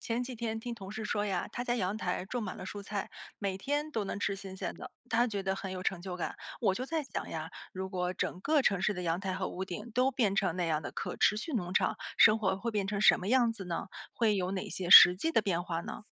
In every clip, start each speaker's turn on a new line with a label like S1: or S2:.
S1: 前几天听同事说呀，他家阳台种满了蔬菜，每天都能吃新鲜的，他觉得很有成就感。我就在想呀，如果整个城市的阳台和屋顶都变成那样的可持续农场，生活会变成什么样子呢？会有哪些实际的变化呢？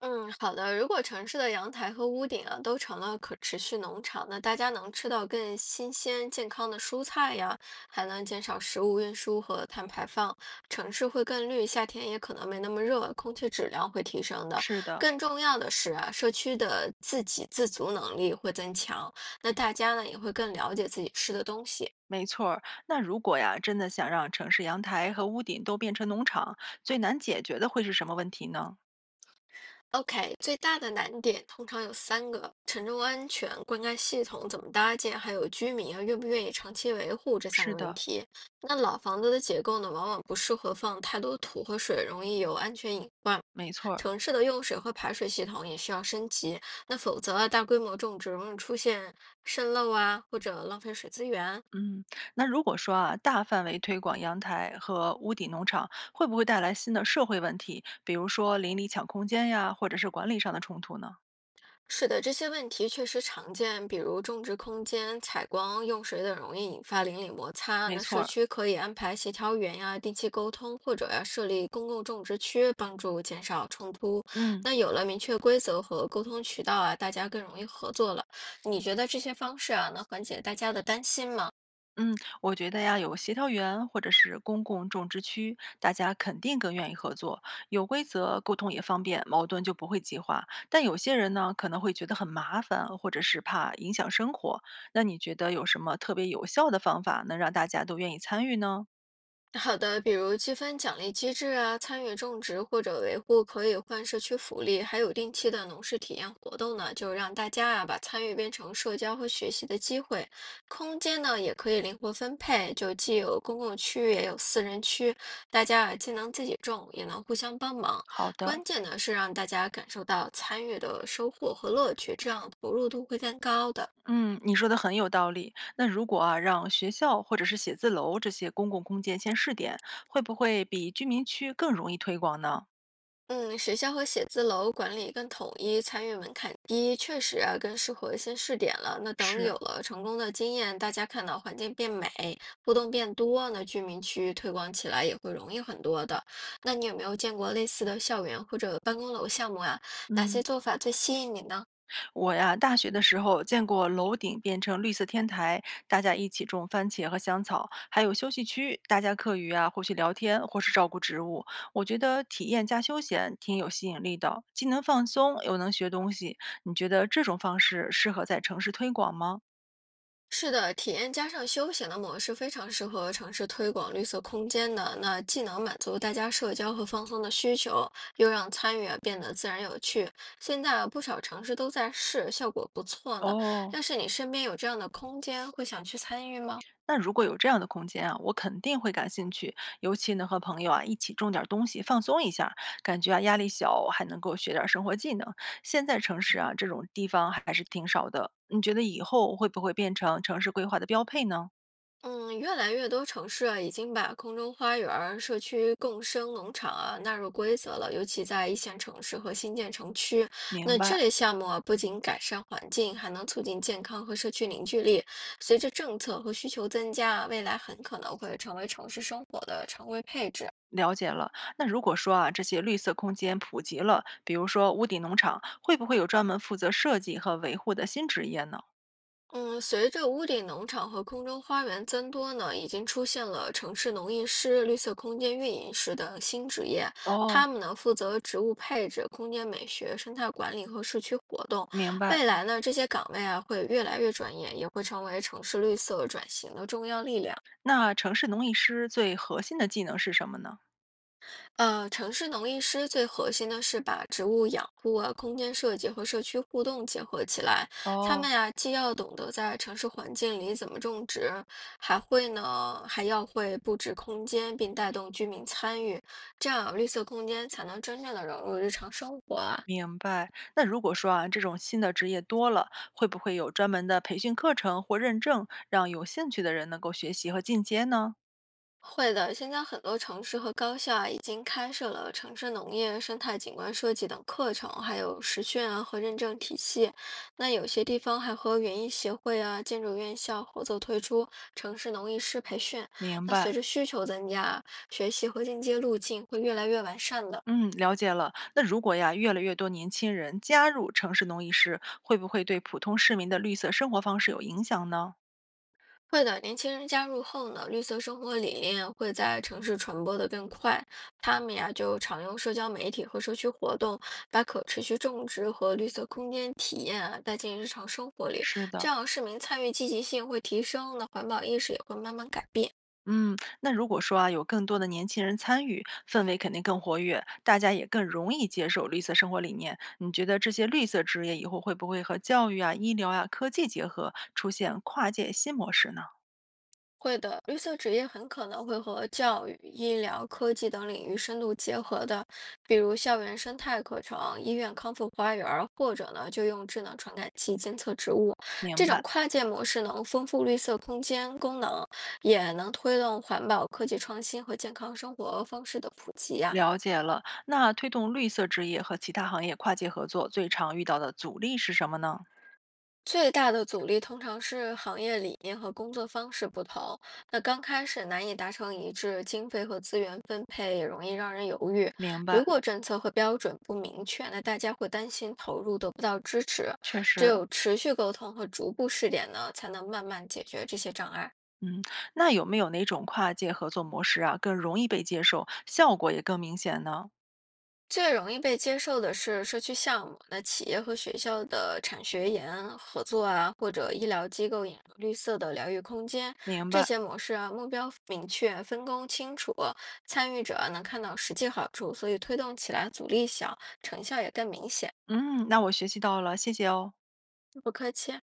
S2: 嗯，好的。如果城市的阳台和屋顶啊都成了可持续农场，那大家能吃到更新鲜、健康的蔬菜呀，还能减少食物运输和碳排放，城市会更绿，夏天也可能没那么热，空气质量会提升的。
S1: 是的。
S2: 更重要的是啊，社区的自给自足能力会增强，那大家呢也会更了解自己吃的东西。
S1: 没错儿，那如果呀，真的想让城市阳台和屋顶都变成农场，最难解决的会是什么问题呢？
S2: OK，最大的难点通常有三个：承重安全、灌溉系统怎么搭建，还有居民啊愿不愿意长期维护这三
S1: 是
S2: 个问
S1: 的，
S2: 题。那老房子的结构呢，往往不适合放太多土和水，容易有安全隐患。
S1: 没错儿。
S2: 城市的用水和排水系统也需要升级，那否则啊大规模种植容易出现渗漏啊，或者浪费水资源。
S1: 嗯，那如果说啊，大范围推广阳台和屋顶农场，会不会带来新的社会问题，比如说邻里抢空间呀，或者是管理上的冲突呢？
S2: 是的，这些问题确实常见，比如种植空间、采光、用水等容易引发邻里摩擦。
S1: 没
S2: 那
S1: 错
S2: 社
S1: 儿，
S2: 区可以安排协调员呀、定期沟通，或者要设立公共种植区，帮助减少冲突。
S1: 嗯
S2: 那有了明确规则和沟通渠道啊，大家更容易合作了。你觉得这些方式啊，能缓解大家的担心吗？
S1: 嗯，我觉得呀，有协调员或者是公共种植区，大家肯定更愿意合作，有规则，沟通也方便，矛盾就不会激化。但有些人呢，可能会觉得很麻烦，或者是怕影响生活。那你觉得有什么特别有效的方法，能让大家都愿意参与呢？
S2: 好的，比如积分奖励机制啊，参与种植或者维护可以换社区福利，还有定期的农事体验活动呢，就让大家啊把参与变成社交和学习的机会。空间呢也可以灵活分配，就既有公共区也有私人区，大家啊既能自己种，也能互相帮忙。
S1: 好的。
S2: 关键呢是让大家感受到参与的收获和乐趣，这样投入度会更高的。
S1: 嗯，你说的很有道理。那如果啊，让学校或者是写字楼这些公共空间先试点，会不会比居民区更容易推广呢？
S2: 嗯，学校和写字楼管理更统一，参与门槛低，确实啊，更适合先试点了。那等
S1: 是，
S2: 有了成功的经验，大家看到环境变美，互动变多，那居民区推广起来也会容易很多的。那你有没有见过类似的校园或者办公楼项目啊？哪些
S1: 嗯，
S2: 做法最吸引你呢？
S1: 我呀，大学的时候见过楼顶变成绿色天台，大家一起种番茄和香草，还有休息区，大家课余啊，或许聊天，或是照顾植物。我觉得体验加休闲挺有吸引力的，既能放松又能学东西。你觉得这种方式适合在城市推广吗？
S2: 是的，体验加上休闲的模式非常适合城市推广绿色空间的。那既能满足大家社交和放松的需求，又让参与啊变得自然有趣。现在啊不少城市都在试，效果不错呢。
S1: 哦，
S2: 要是你身边有这样的空间，会想去参与吗？
S1: 那如果有这样的空间啊，我肯定会感兴趣，尤其能和朋友啊一起种点儿东西，放松一下，感觉啊压力小，还能够学点儿生活技能。现在城市啊这种地方还是挺少的，你觉得以后会不会变成城市规划的标配呢？
S2: 嗯，越来越多城市啊，已经把空中花园儿、社区共生农场啊纳入规则了，尤其在一线城市和新建城区。
S1: 明
S2: 那这
S1: 白，
S2: 类项目啊，不仅改善环境，还能促进健康和社区凝聚力。随着政策和需求增加啊，未来很可能会成为城市生活的常规配置。
S1: 了解了。那如果说啊这些绿色空间普及了，比如说屋顶农场，会不会有专门负责设计和维护的新职业呢？
S2: 嗯，随着屋顶农场和空中花园增多呢，已经出现了城市农艺师、绿色空间运营师等新职业。
S1: 哦，
S2: 他们呢，负责植物配置、空间美学、生态管理和社区活动。
S1: 明白。
S2: 未来呢，这些岗位啊会越来越专业，也会成为城市绿色转型的重要力量。
S1: 那城市农艺师最核心的技能是什么呢？
S2: 城市农艺师最核心的是把植物养护啊、空间设计和社区互动结合起来。他们
S1: 哦，
S2: 呀、既要懂得在城市环境里怎么种植，还要会布置空间，并带动居民参与。这样啊，绿色空间才能真正的融入日常生活啊。
S1: 明白。那如果说啊，这种新的职业多了，会不会有专门的培训课程或认证，让有兴趣的人能够学习和进阶呢？
S2: 会的，现在很多城市和高校啊，已经开设了城市农业、生态景观设计等课程，还有实训啊和认证体系。那有些地方还和园艺协会啊、建筑院校合作推出城市农艺师培训。
S1: 明
S2: 那
S1: 白。
S2: 随着需求增加，学习和进阶路径会越来越完善的。
S1: 嗯，了解了。那如果呀，越来越多年轻人加入城市农艺师，会不会对普通市民的绿色生活方式有影响呢？
S2: 会的，年轻人加入后呢，绿色生活理念会在城市传播的更快。他们呀就常用社交媒体和社区活动，把可持续种植和绿色空间体验啊带进日常生活里，
S1: 是
S2: 这
S1: 的。
S2: 样市民参与积极性会提升，那环保意识也会慢慢改变。
S1: 嗯，那如果说啊，有更多的年轻人参与，氛围肯定更活跃，大家也更容易接受绿色生活理念。你觉得这些绿色职业以后会不会和教育啊、医疗啊、科技结合，出现跨界新模式呢？
S2: 会的，绿色职业很可能会和教育、医疗、科技等领域深度结合的，比如校园生态课程、医院康复花园儿，或者呢就用智能传感器监测植物。
S1: 明
S2: 这种
S1: 白，
S2: 跨界模式能丰富绿色空间功能，也能推动环保科技创新和健康生活方式的普及呀、
S1: 了解了。那推动绿色职业和其他行业跨界合作，最常遇到的阻力是什么呢？
S2: 最大的阻力通常是行业理念和工作方式不同，那刚开始难以达成一致，经费和资源分配也容易让人犹豫。
S1: 明白，
S2: 如果政策和标准不明确，那大家会担心投入得不到支持。
S1: 确
S2: 只
S1: 实。
S2: 有持续沟通和逐步试点呢，才能慢慢解决这些障碍。
S1: 嗯，那有没有哪种跨界合作模式啊，更容易被接受，效果也更明显呢？
S2: 最容易被接受的是社区项目，那企业和学校的产学研合作啊，或者医疗机构引入绿色的疗愈空间，
S1: 明
S2: 这
S1: 白。
S2: 些模式啊，目标明确，分工清楚，参与者啊能看到实际好处，所以推动起来阻力小，成效也更明显。
S1: 嗯，那我学习到了，谢谢哦。
S2: 不客气啊。